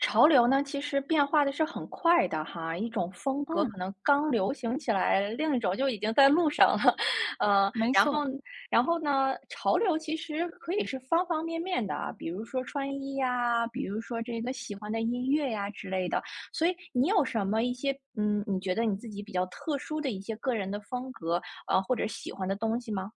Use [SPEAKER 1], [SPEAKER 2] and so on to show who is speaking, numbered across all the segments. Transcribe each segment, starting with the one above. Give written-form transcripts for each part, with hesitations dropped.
[SPEAKER 1] 潮流呢，其实变化的是很快的哈，一种风格
[SPEAKER 2] 嗯，
[SPEAKER 1] 可能刚流行起来，另一种就已经在路上了，呃，
[SPEAKER 2] 没
[SPEAKER 1] 然后
[SPEAKER 2] 错。
[SPEAKER 1] 然后呢，潮流其实可以是方方面面的啊，比如说穿衣呀，比如说这个喜欢的音乐呀之类的，所以你有什么一些，嗯，你觉得你自己比较特殊的一些个人的风格，或者喜欢的东西吗？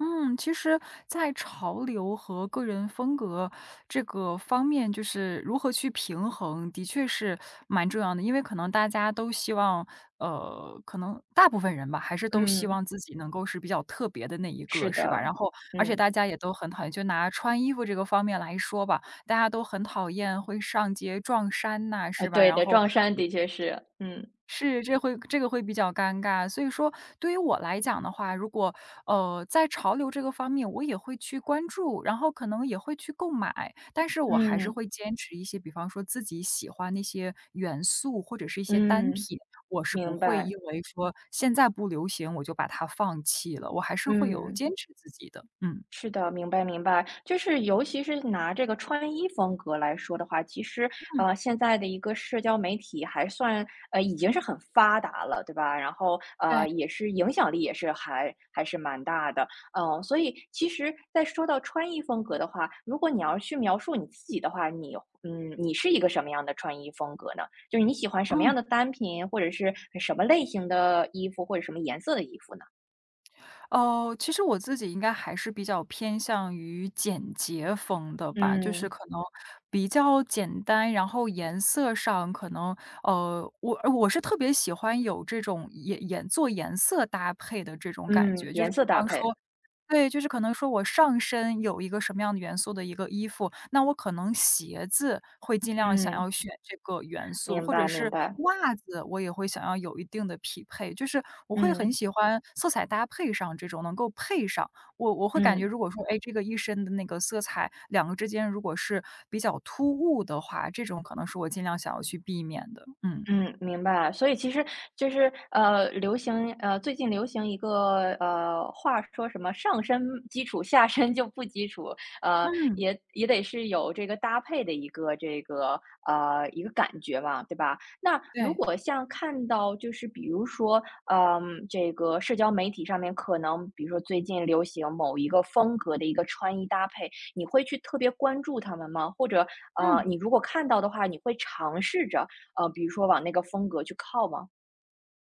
[SPEAKER 2] 嗯，其实在潮流和个人风格这个方面，就是如何去平衡，的确是蛮重要的。因为可能大家都希望，可能大部分人吧，还是都希望
[SPEAKER 1] 嗯，
[SPEAKER 2] 自己能够是比较特别的那一个，
[SPEAKER 1] 是
[SPEAKER 2] 是吧？
[SPEAKER 1] 的，
[SPEAKER 2] 然后，而且
[SPEAKER 1] 嗯，
[SPEAKER 2] 大家也都很讨厌，就拿穿衣服这个方面来说吧，大家都很讨厌会上街撞衫呐、是吧？
[SPEAKER 1] 对
[SPEAKER 2] 然
[SPEAKER 1] 的，
[SPEAKER 2] 后
[SPEAKER 1] 撞衫的确是，嗯，
[SPEAKER 2] 是，这会这个比较尴尬。所以说对于我来讲的话，如果，在潮流这个方面我也会去关注，然后可能也会去购买，但是我还是
[SPEAKER 1] 嗯，
[SPEAKER 2] 会坚持一些，比方说自己喜欢那些元素或者是一些单
[SPEAKER 1] 嗯。
[SPEAKER 2] 品，我是不
[SPEAKER 1] 明
[SPEAKER 2] 会因
[SPEAKER 1] 白，
[SPEAKER 2] 为说现在不流行，我就把它放弃了，我还是会有
[SPEAKER 1] 嗯，
[SPEAKER 2] 坚持自己的，嗯。
[SPEAKER 1] 是的，明白明白。就是尤其是拿这个穿衣风格来说的话，其实，
[SPEAKER 2] 嗯，
[SPEAKER 1] 现在的一个社交媒体还算，已经是很发达了，对吧？然后，
[SPEAKER 2] 对。
[SPEAKER 1] 也是影响力也是还是蛮大的，嗯、所以其实，在说到穿衣风格的话，如果你要去描述你自己的话，你是一个什么样的穿衣风格呢？就是你喜欢什么样的单品，或者是什么类型的衣服，或者什么颜色的衣服呢？
[SPEAKER 2] 哦，其实我自己应该还是比较偏向于简洁风的吧，就是
[SPEAKER 1] 嗯。
[SPEAKER 2] 可能比较简单，然后颜色上可能我是特别喜欢有这种颜色搭配的这种感
[SPEAKER 1] 嗯，
[SPEAKER 2] 觉，就是
[SPEAKER 1] 颜色
[SPEAKER 2] 比
[SPEAKER 1] 搭
[SPEAKER 2] 方
[SPEAKER 1] 配，
[SPEAKER 2] 说对，就是可能说我上身有一个什么样的元素的一个衣服，那我可能鞋子会尽量想要
[SPEAKER 1] 嗯，
[SPEAKER 2] 选这个元素，
[SPEAKER 1] 明
[SPEAKER 2] 或者
[SPEAKER 1] 白明
[SPEAKER 2] 是
[SPEAKER 1] 白，
[SPEAKER 2] 袜子，我也会想要有一定的匹配。就是我会很
[SPEAKER 1] 嗯，
[SPEAKER 2] 喜欢色彩搭配上这种能够配上，我会感觉
[SPEAKER 1] 嗯。
[SPEAKER 2] 如果说，哎，这个一身的那个色彩，两个之间如果是比较突兀的话，这种可能是我尽量想要去避免的。嗯，
[SPEAKER 1] 嗯，明白。所以其实就是，流行，最近流行一个，话说什么"上身基础，下身就不基础"，呃，
[SPEAKER 2] 嗯，
[SPEAKER 1] 也得是有这个搭配的一个这个，一个感觉嘛，对吧？那如
[SPEAKER 2] 对，
[SPEAKER 1] 果像看到就是比如说，嗯，这个社交媒体上面可能比如说最近流行某一个风格的一个穿衣搭配，你会去特别关注他们吗？或者，
[SPEAKER 2] 嗯。
[SPEAKER 1] 你如果看到的话，你会尝试着比如说往那个风格去靠吗？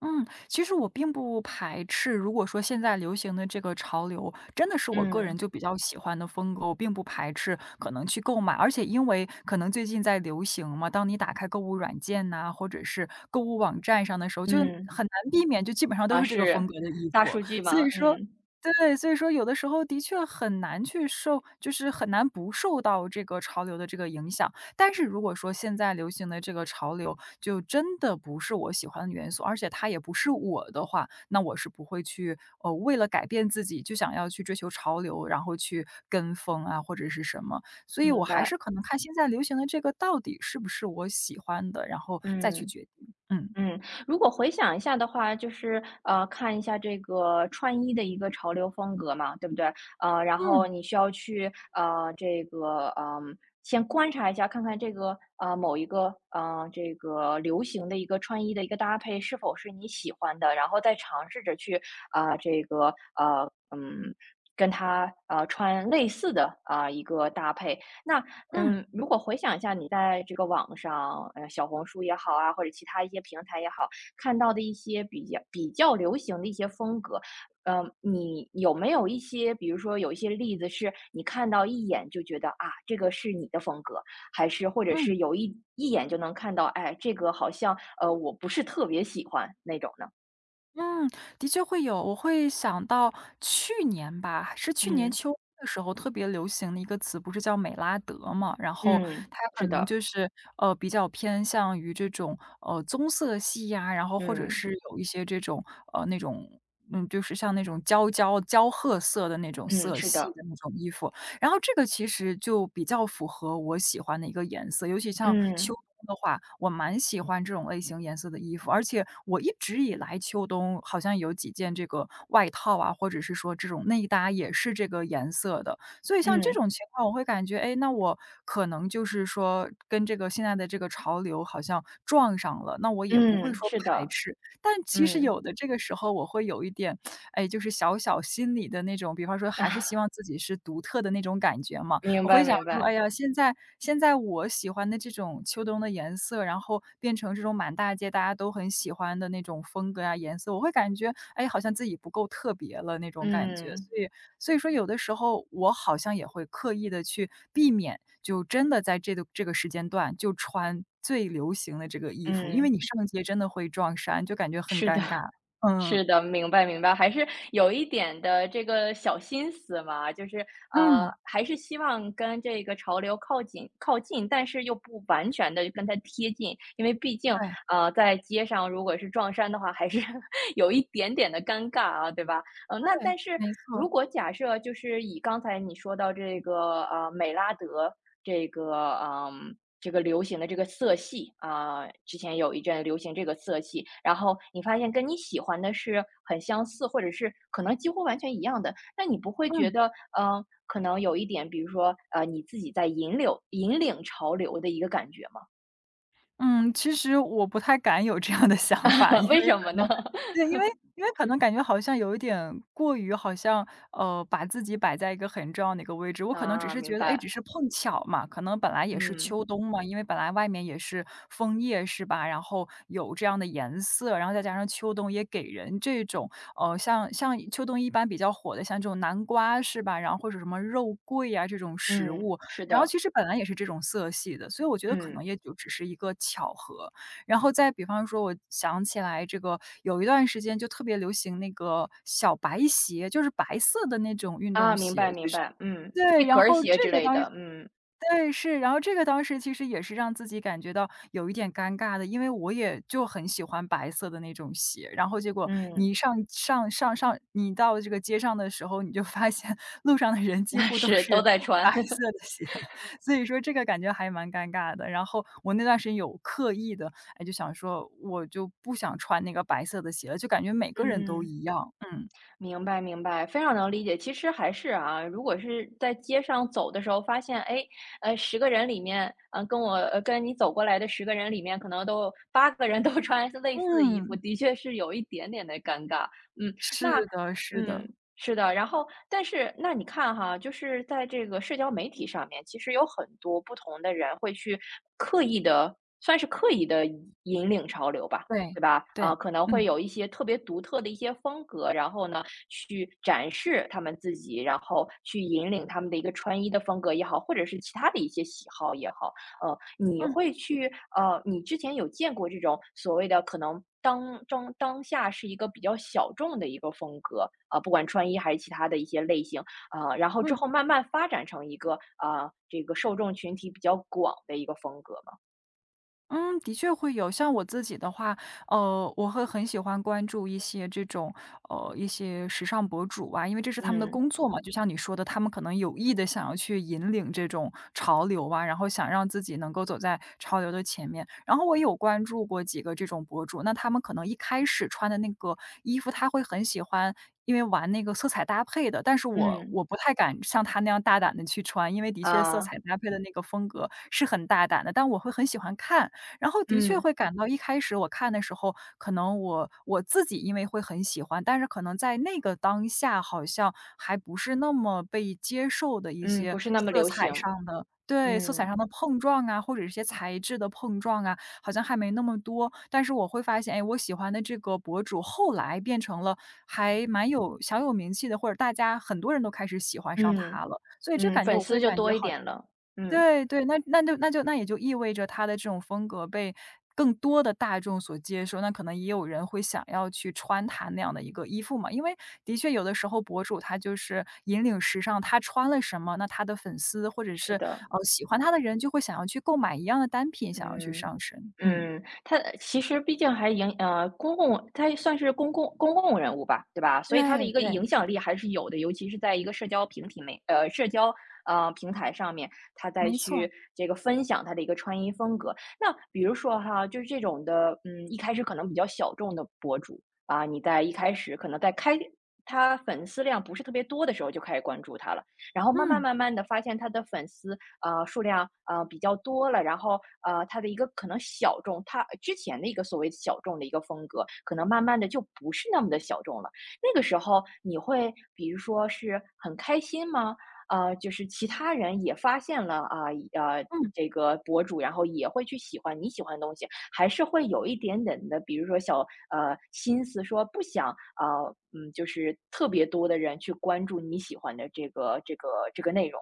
[SPEAKER 2] 嗯，其实我并不排斥，如果说现在流行的这个潮流，真的是我个人
[SPEAKER 1] 嗯，
[SPEAKER 2] 就比较喜欢的风格，我并不排斥可能去购买。而且因为可能最近在流行嘛，当你打开购物软件呐、或者是购物网站上的时候，就
[SPEAKER 1] 嗯，
[SPEAKER 2] 很难避免，就基本上都
[SPEAKER 1] 啊，
[SPEAKER 2] 是这个风
[SPEAKER 1] 是，
[SPEAKER 2] 格的衣
[SPEAKER 1] 大
[SPEAKER 2] 服。
[SPEAKER 1] 数据
[SPEAKER 2] 所
[SPEAKER 1] 吗？
[SPEAKER 2] 以说，
[SPEAKER 1] 嗯，
[SPEAKER 2] 对，所以说有的时候的确很难去受，就是很难不受到这个潮流的这个影响。但是如果说现在流行的这个潮流，就真的不是我喜欢的元素，而且它也不是我的话，那我是不会去，为了改变自己就想要去追求潮流，然后去跟风啊，或者是什么。所以我
[SPEAKER 1] 明
[SPEAKER 2] 还
[SPEAKER 1] 白，
[SPEAKER 2] 是可能看现在流行的这个到底是不是我喜欢的，然后再去
[SPEAKER 1] 嗯。
[SPEAKER 2] 决定。嗯，
[SPEAKER 1] 嗯，如果回想一下的话，就是看一下这个穿衣的一个潮流风格嘛，对不对？然后
[SPEAKER 2] 嗯，
[SPEAKER 1] 你需要去这个先观察一下，看看这个某一个这个流行的一个穿衣的一个搭配是否是你喜欢的，然后再尝试着去啊、呃嗯。跟它穿类似的啊、一个搭配，那
[SPEAKER 2] 嗯，
[SPEAKER 1] 如果回想一下你在这个网上，小红书也好啊，或者其他一些平台也好，看到的一些比较流行的一些风格，你有没有一些，比如说有一些例子是你看到一眼就觉得啊，这个是你的风格，还是或者
[SPEAKER 2] 嗯。
[SPEAKER 1] 是有一眼就能看到，哎，这个好像我不是特别喜欢那种呢？
[SPEAKER 2] 嗯，的确会有。我会想到去年吧，是去年
[SPEAKER 1] 嗯
[SPEAKER 2] 秋的时候特别流行的一个词，不是叫美拉德嘛？然后
[SPEAKER 1] 嗯，
[SPEAKER 2] 它可
[SPEAKER 1] 是
[SPEAKER 2] 能
[SPEAKER 1] 的，
[SPEAKER 2] 就是比较偏向于这种棕色系呀、然后或者
[SPEAKER 1] 嗯
[SPEAKER 2] 是有一些这种呃那种嗯，就是像那种焦褐色的那种
[SPEAKER 1] 嗯，
[SPEAKER 2] 色
[SPEAKER 1] 是
[SPEAKER 2] 系
[SPEAKER 1] 的，
[SPEAKER 2] 的那种衣服。然后这个其实就比较符合我喜欢的一个颜色，尤其像
[SPEAKER 1] 嗯
[SPEAKER 2] 秋冬的话，我蛮喜欢这种类型颜色的衣服，而且我一直以来秋冬好像有几件这个外套啊，或者是说这种内搭也是这个颜色的，所以像这
[SPEAKER 1] 嗯
[SPEAKER 2] 种情况，我会感觉，哎，那我可能就是说跟这个现在的这个潮流好像撞上了，那我也不会
[SPEAKER 1] 嗯，
[SPEAKER 2] 说
[SPEAKER 1] 是
[SPEAKER 2] 排
[SPEAKER 1] 的，
[SPEAKER 2] 斥，但其实
[SPEAKER 1] 嗯。
[SPEAKER 2] 有的这个时候我会有一点哎，就是小小心里的那种，比方说 还是希
[SPEAKER 1] 啊。
[SPEAKER 2] 望自己是独特的那种感觉嘛。
[SPEAKER 1] 明
[SPEAKER 2] 我
[SPEAKER 1] 白
[SPEAKER 2] 会想
[SPEAKER 1] 明
[SPEAKER 2] 说，哎
[SPEAKER 1] 白，
[SPEAKER 2] 呀，现在我喜欢的这种秋冬的颜色，然后变成这种满大街大家都很喜欢的那种风格啊、颜色，我会感觉，哎，好像自己不够特别了那种感觉。
[SPEAKER 1] 嗯，
[SPEAKER 2] 所以所以说有的时候我好像也会刻意的去避免，就真的在这个时间段就穿最流行的这个衣服，因为
[SPEAKER 1] 嗯，
[SPEAKER 2] 你上街真的会撞衫，就感觉很
[SPEAKER 1] 是的
[SPEAKER 2] 尴 尬。嗯，
[SPEAKER 1] 是的，明白明白，还是有一点的这个小心思嘛，就是，
[SPEAKER 2] 嗯，
[SPEAKER 1] 还是希望跟这个潮流靠近，但是又不完全的跟它贴近。因为毕竟，
[SPEAKER 2] 对。
[SPEAKER 1] 在街上如果是撞衫的话，还是 有一点点的尴尬啊，对吧？那
[SPEAKER 2] 对，
[SPEAKER 1] 但是
[SPEAKER 2] 没错。
[SPEAKER 1] 如果假设就是以刚才你说到这个，美拉德这个，嗯。这个流行的这个色系啊，之前有一阵流行这个色系，然后你发现跟你喜欢的是很相似，或者是可能几乎完全一样的，那你不会
[SPEAKER 2] 嗯，
[SPEAKER 1] 觉得，可能有一点，比如说，你自己在引领潮流的一个感觉吗？
[SPEAKER 2] 嗯，其实我不太敢有这样的 想法，因 为
[SPEAKER 1] 为什
[SPEAKER 2] 可
[SPEAKER 1] 么呢？
[SPEAKER 2] 能对，因为可能感觉好像有一点过于好像，把自己摆在一个很重要的一个位置。我可能只
[SPEAKER 1] 啊，
[SPEAKER 2] 是
[SPEAKER 1] 明
[SPEAKER 2] 觉得，哎，只
[SPEAKER 1] 白，
[SPEAKER 2] 是碰巧嘛，可能本来也是
[SPEAKER 1] 嗯，
[SPEAKER 2] 秋冬嘛，因为本来外面也是枫叶是吧，然后有这样的颜色，然后再加上秋冬也给人这种，像秋冬一般比较火的，像这种南瓜是吧，然后或者什么肉桂啊这种食
[SPEAKER 1] 嗯，
[SPEAKER 2] 物，
[SPEAKER 1] 是
[SPEAKER 2] 然后
[SPEAKER 1] 的，
[SPEAKER 2] 其实本来也是这种色系的，所以我觉得可能
[SPEAKER 1] 嗯，
[SPEAKER 2] 也就只是一个巧合。然后再比方说，我想起来这个有一段时间就特别流行那个小白鞋，就是白色的那种运动
[SPEAKER 1] 啊，明
[SPEAKER 2] 鞋，
[SPEAKER 1] 白
[SPEAKER 2] 就
[SPEAKER 1] 明
[SPEAKER 2] 是
[SPEAKER 1] 白，嗯，贝
[SPEAKER 2] 对，然
[SPEAKER 1] 壳儿
[SPEAKER 2] 后
[SPEAKER 1] 鞋
[SPEAKER 2] 这
[SPEAKER 1] 之
[SPEAKER 2] 个
[SPEAKER 1] 类
[SPEAKER 2] 当时
[SPEAKER 1] 的，嗯，
[SPEAKER 2] 对，是，然后这个当时其实也是让自己感觉到有一点尴尬的，因为我也就很喜欢白色的那种鞋，然后结果
[SPEAKER 1] 嗯，
[SPEAKER 2] 你上上上上你到这个街上的时候，你就发现 路上的人 几
[SPEAKER 1] 那
[SPEAKER 2] 乎都
[SPEAKER 1] 是，
[SPEAKER 2] 是
[SPEAKER 1] 都在
[SPEAKER 2] 白
[SPEAKER 1] 穿，
[SPEAKER 2] 色 的鞋，所以说这个感觉还蛮尴尬的。然后我那段时间有刻意的，哎，就想说我就不想穿那个白色的鞋了，就感觉每个人都
[SPEAKER 1] 嗯。
[SPEAKER 2] 一样。嗯
[SPEAKER 1] 明白明白，非常能理解。其实还是啊，如果是在街上走的时候发现，哎，十个人里面，跟你走过来的十个人里面，可能都有八个人都 穿类似的衣服，
[SPEAKER 2] 嗯，
[SPEAKER 1] 的确是有一点点的尴尬。嗯，那
[SPEAKER 2] 是的，是的，
[SPEAKER 1] 嗯。是的，然后但是那你看哈，就是在这个社交媒体上面，其实有很多不同的人会去刻意的，算是刻意的引领潮流吧，
[SPEAKER 2] 对
[SPEAKER 1] 对吧？
[SPEAKER 2] 对，
[SPEAKER 1] 可能会
[SPEAKER 2] 嗯
[SPEAKER 1] 有一些特别独特的一些风格，然后呢。去展示他们自己，然后去引领他们的一个穿衣的风格也好，或者是其他的一些喜好也好。呃，你
[SPEAKER 2] 嗯
[SPEAKER 1] 会去呃，你之前有见过这种所谓的可能当下是一个比较小众的一个风格，啊、不管穿衣还是其他的一些类型，啊，然后之
[SPEAKER 2] 嗯。
[SPEAKER 1] 后慢慢发展成一个啊、这个受众群体比较广的一个风格嘛？
[SPEAKER 2] 嗯，的确会有。像我自己的话，我会很喜欢关注一些这种，一些时尚博主啊，因为这是他们的
[SPEAKER 1] 嗯
[SPEAKER 2] 工作嘛。就像你说的，他们可能有意的想要去引领这种潮流啊，然后想让自己能够走在潮流的前面。然后我有关注过几个这种博主，那他们可能一开始穿的那个衣服，他会很喜欢因为玩那个色彩搭配的，但是我
[SPEAKER 1] 嗯
[SPEAKER 2] 不太敢像他那样大胆的去穿，因为的确色
[SPEAKER 1] 啊
[SPEAKER 2] 彩搭配的那个风格是很大胆的，但我会很喜欢看。然后的确
[SPEAKER 1] 嗯
[SPEAKER 2] 会感到一开始我看的时候，可能我自己因为会很喜欢，但是可能在那个当下好像还不是那么被接受的一
[SPEAKER 1] 嗯，
[SPEAKER 2] 些
[SPEAKER 1] 不是那么
[SPEAKER 2] 色
[SPEAKER 1] 流
[SPEAKER 2] 彩
[SPEAKER 1] 行。
[SPEAKER 2] 上的对，色彩
[SPEAKER 1] 嗯
[SPEAKER 2] 上的碰撞啊，或者一些材质的碰撞啊，好像还没那么多。但是我会发现，哎，我喜欢的这个博主后来变成了还蛮有小有名气的，或者大家很多人都开始喜欢上
[SPEAKER 1] 嗯。
[SPEAKER 2] 他了。所以这
[SPEAKER 1] 嗯，
[SPEAKER 2] 感觉
[SPEAKER 1] 粉
[SPEAKER 2] 我会
[SPEAKER 1] 丝就
[SPEAKER 2] 感觉
[SPEAKER 1] 多一
[SPEAKER 2] 好
[SPEAKER 1] 点了。嗯，
[SPEAKER 2] 对对，那也就意味着他的这种风格被更多的大众所接受，那可能也有人会想要去穿他那样的一个衣服嘛。因为的确有的时候博主他就是引领时尚，他穿了什么，那他的粉丝或者是，
[SPEAKER 1] 是的，
[SPEAKER 2] 喜欢他的人就会想要去购买一样的单品，想要去
[SPEAKER 1] 嗯
[SPEAKER 2] 上身。嗯。
[SPEAKER 1] 嗯，他其实毕竟还影呃，公共他也算是公共人物吧，对吧？所以他的
[SPEAKER 2] 对
[SPEAKER 1] 一个
[SPEAKER 2] 对。
[SPEAKER 1] 影响力还是有的，尤其是在一个社交平台上面，他再
[SPEAKER 2] 没错，
[SPEAKER 1] 去这个分享他的一个穿衣风格。那比如说哈，就是这种的，嗯，一开始可能比较小众的博主啊，你在一开始可能他粉丝量不是特别多的时候就开始关注他了。然后慢慢
[SPEAKER 2] 嗯，
[SPEAKER 1] 慢慢的发现他的粉丝数量，比较多了，然后，它之前的一个所谓小众的一个风格，可能慢慢的就不是那么的小众了。那个时候你会比如说是很开心吗？就是其他人也发现了，啊，呃，
[SPEAKER 2] 嗯。
[SPEAKER 1] 这个博主，然后也会去喜欢你喜欢的东西，还是会有一点点的，比如说小心思说不想，就是特别多的人去关注你喜欢的这个内容，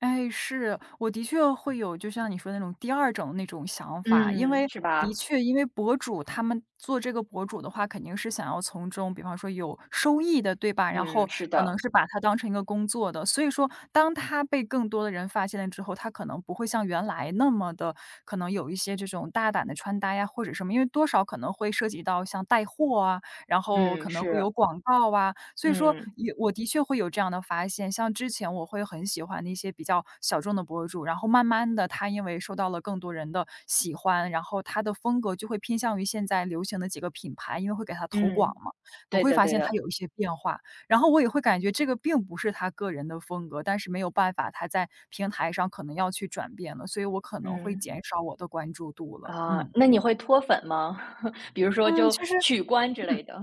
[SPEAKER 2] 哎，是，我的确会有，就像你说的那种第二种那种想法，因
[SPEAKER 1] 嗯，
[SPEAKER 2] 为
[SPEAKER 1] 是
[SPEAKER 2] 的
[SPEAKER 1] 吧？
[SPEAKER 2] 确，因为博主他们做这个博主的话，肯定是想要从中，比方说有收益的，对吧？然后
[SPEAKER 1] 嗯，是
[SPEAKER 2] 可能
[SPEAKER 1] 的，
[SPEAKER 2] 是把它当成一个工作的，所以说，当他被更多的人发现了之后，他可能不会像原来那么的，可能有一些这种大胆的穿搭呀，或者什么，因为多少可能会涉及到像带货啊，然后
[SPEAKER 1] 嗯，
[SPEAKER 2] 可能会有
[SPEAKER 1] 是，
[SPEAKER 2] 广告啊，所以说
[SPEAKER 1] 嗯，
[SPEAKER 2] 也我的确会有这样的发现，像之前我会很喜欢那些比较小众的博主，然后慢慢的，他因为受到了更多人的喜欢，然后他的风格就会偏向于现在流行的几个品牌，因为会给他投广
[SPEAKER 1] 嗯，
[SPEAKER 2] 嘛，我
[SPEAKER 1] 对
[SPEAKER 2] 会
[SPEAKER 1] 的
[SPEAKER 2] 发
[SPEAKER 1] 对
[SPEAKER 2] 现他
[SPEAKER 1] 的，
[SPEAKER 2] 有一些变化。然后我也会感觉这个并不是他个人的风格，但是没有办法，他在平台上可能要去转变了，所以我可能会
[SPEAKER 1] 嗯，
[SPEAKER 2] 减少我的关注度了，
[SPEAKER 1] 啊，
[SPEAKER 2] 嗯。
[SPEAKER 1] 那你会脱粉吗？比如说
[SPEAKER 2] 嗯，
[SPEAKER 1] 就
[SPEAKER 2] 其实
[SPEAKER 1] 取关之
[SPEAKER 2] 嗯。
[SPEAKER 1] 类的，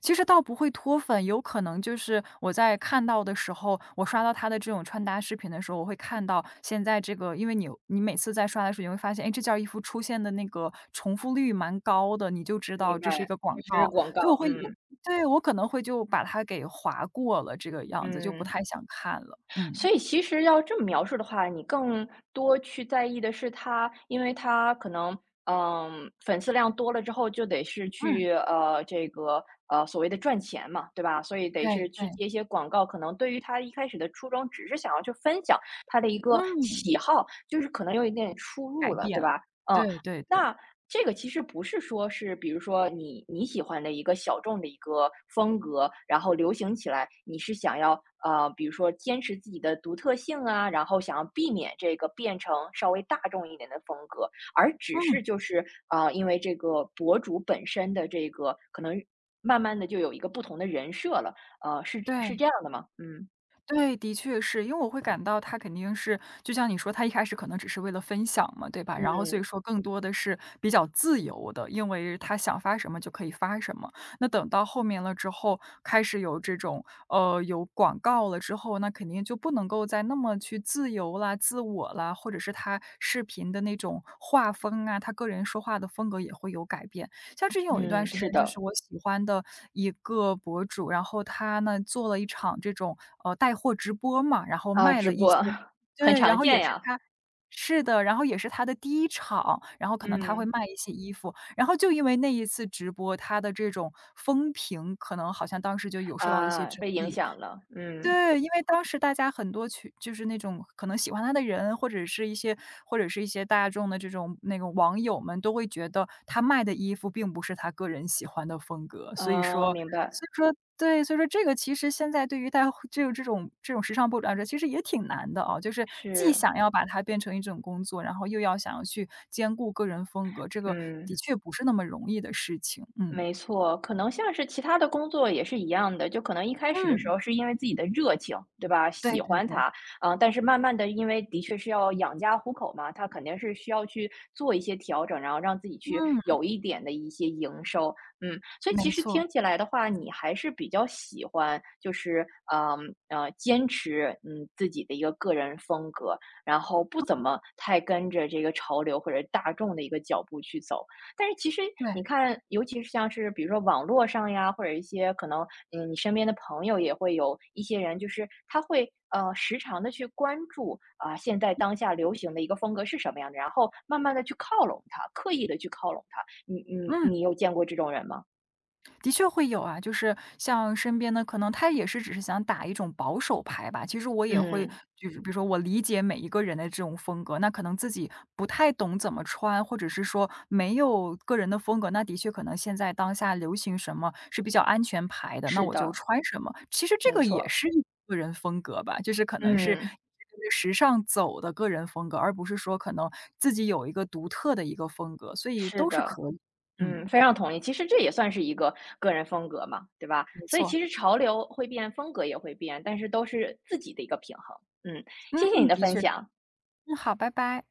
[SPEAKER 2] 其实倒不会脱粉，有可能就是我在看到的时候，我刷到他的这种穿搭视频的时候，我会看到现在这个，因为你每次在刷的时候，你会发现，哎，这件衣服出现的那个重复率蛮高的，你就知道
[SPEAKER 1] 明
[SPEAKER 2] 这是一
[SPEAKER 1] 白，
[SPEAKER 2] 个广
[SPEAKER 1] 就是
[SPEAKER 2] 告，
[SPEAKER 1] 广
[SPEAKER 2] 所以我
[SPEAKER 1] 告，
[SPEAKER 2] 会我
[SPEAKER 1] 嗯，
[SPEAKER 2] 对，我可能会就把它给划过了，这个样子就不
[SPEAKER 1] 嗯。
[SPEAKER 2] 太想看了。嗯，
[SPEAKER 1] 所以其实要这么描述的话，你更多去在意的是他，因为他可能，嗯，粉丝量多了之后，就得是
[SPEAKER 2] 嗯，
[SPEAKER 1] 去这个所谓的赚钱嘛，对吧？所以得
[SPEAKER 2] 对
[SPEAKER 1] 是去
[SPEAKER 2] 对，
[SPEAKER 1] 接一些广告。可能对于他一开始的初衷，只是想要去分享他的一个
[SPEAKER 2] 嗯，
[SPEAKER 1] 喜好，就是可能有一点出
[SPEAKER 2] 改
[SPEAKER 1] 入了，
[SPEAKER 2] 变
[SPEAKER 1] 对
[SPEAKER 2] 了，
[SPEAKER 1] 吧？嗯，
[SPEAKER 2] 对对对，
[SPEAKER 1] 那这个其实不是说是比如说你喜欢的一个小众的一个风格，然后流行起来，你是想要，比如说坚持自己的独特性啊，然后想要避免这个变成稍微大众一点的风格，而只
[SPEAKER 2] 嗯，
[SPEAKER 1] 是就是，因为这个博主本身的这个可能慢慢的就有一个不同的人设了，是
[SPEAKER 2] 对。
[SPEAKER 1] 这样的吗？嗯，
[SPEAKER 2] 对，的确是，因为我会感到他肯定是就像你说，他一开始可能只是为了分享嘛，对吧？然后所以说更多的是比较自由的，因为他想发什么就可以发什么。那等到后面了之后，开始有这种有广告了之后，那肯定就不能够再那么去自由啦、自我啦，或者是他视频的那种画风啊，他个人说话的风格也会有改变。像之前有一
[SPEAKER 1] 嗯，
[SPEAKER 2] 段
[SPEAKER 1] 嗯，
[SPEAKER 2] 时间，
[SPEAKER 1] 是
[SPEAKER 2] 就是
[SPEAKER 1] 的，
[SPEAKER 2] 我喜欢的一个博主，然后他呢做了一场这种带货直播嘛，然后
[SPEAKER 1] 啊，
[SPEAKER 2] 卖
[SPEAKER 1] 直
[SPEAKER 2] 了一
[SPEAKER 1] 播
[SPEAKER 2] 些
[SPEAKER 1] 很
[SPEAKER 2] 对，然
[SPEAKER 1] 常
[SPEAKER 2] 后也
[SPEAKER 1] 见
[SPEAKER 2] 是
[SPEAKER 1] 呀，
[SPEAKER 2] 他是的，然后也是他的第一场，然后可能他会
[SPEAKER 1] 嗯。
[SPEAKER 2] 卖一些衣服，然后就因为那一次直播，他的这种风评可能好像当时就有受到一些
[SPEAKER 1] 啊，
[SPEAKER 2] 争
[SPEAKER 1] 被影
[SPEAKER 2] 议。
[SPEAKER 1] 响了，嗯，
[SPEAKER 2] 对，因为当时大家很多去就是那种可能喜欢他的人，或者是一些或者是一些大众的这种那个网友们都会觉得他卖的衣服并不是他个人喜欢的风格。所以
[SPEAKER 1] 啊，
[SPEAKER 2] 说
[SPEAKER 1] 明白，
[SPEAKER 2] 说对，所以说这个其实现在对于带这种时尚博主来说，其实也挺难的啊，就是既
[SPEAKER 1] 是，
[SPEAKER 2] 想要把它变成一种工作，然后又要想要去兼顾个人风格，这个
[SPEAKER 1] 嗯。
[SPEAKER 2] 的确不是那么容易的事情。嗯，
[SPEAKER 1] 没错，可能像是其他的工作也是一样的，就可能一开始的时
[SPEAKER 2] 嗯，
[SPEAKER 1] 候是因为自己的热情，对吧？喜
[SPEAKER 2] 对对
[SPEAKER 1] 欢
[SPEAKER 2] 对，
[SPEAKER 1] 它，啊、但是慢慢的，因为的确是要养家糊口嘛，它肯定是需要去做一些调整，然后让自己去
[SPEAKER 2] 嗯，
[SPEAKER 1] 有一点的一些营收，嗯，所以
[SPEAKER 2] 没
[SPEAKER 1] 其实
[SPEAKER 2] 错，
[SPEAKER 1] 听起来的话，你还是比较喜欢，就是坚持自己的一个个人风格，然后不怎么太跟着这个潮流或者大众的一个脚步去走。但是其实
[SPEAKER 2] 对，
[SPEAKER 1] 你看，尤其是像是比如说网络上呀，或者一些可能，嗯，你身边的朋友也会有一些人，就是他会时常的去关注啊、现在当下流行的一个风格是什么样的，然后慢慢的去靠拢它，刻意的去靠拢它。你你
[SPEAKER 2] 嗯。
[SPEAKER 1] 你有见过这种人吗？
[SPEAKER 2] 的确会有啊，就是像身边的，可能他也是只是想打一种保守牌吧。其实我也会，
[SPEAKER 1] 嗯，
[SPEAKER 2] 就是比如说我理解每一个人的这种风格，那可能自己不太懂怎么穿，或者是说没有个人的风格，那的确可能现在当下流行什么是比较安全牌的，那
[SPEAKER 1] 是
[SPEAKER 2] 我就
[SPEAKER 1] 的，
[SPEAKER 2] 穿什么。其实这
[SPEAKER 1] 没
[SPEAKER 2] 个也
[SPEAKER 1] 错，
[SPEAKER 2] 是一个人风格吧，就是可能是。
[SPEAKER 1] 嗯，
[SPEAKER 2] 跟着时尚走的个人风格，而不是说可能自己有一个独特的一个风格，所以
[SPEAKER 1] 是
[SPEAKER 2] 都是
[SPEAKER 1] 的。
[SPEAKER 2] 可以。嗯，
[SPEAKER 1] 嗯，非常同意。其实这也算是一个个人风格嘛，对吧？
[SPEAKER 2] 没
[SPEAKER 1] 所以
[SPEAKER 2] 错，
[SPEAKER 1] 其实潮流会变，风格也会变，但是都是自己的一个平衡。嗯，
[SPEAKER 2] 嗯，
[SPEAKER 1] 谢谢你的
[SPEAKER 2] 的
[SPEAKER 1] 分
[SPEAKER 2] 确
[SPEAKER 1] 享。
[SPEAKER 2] 嗯，好，拜拜。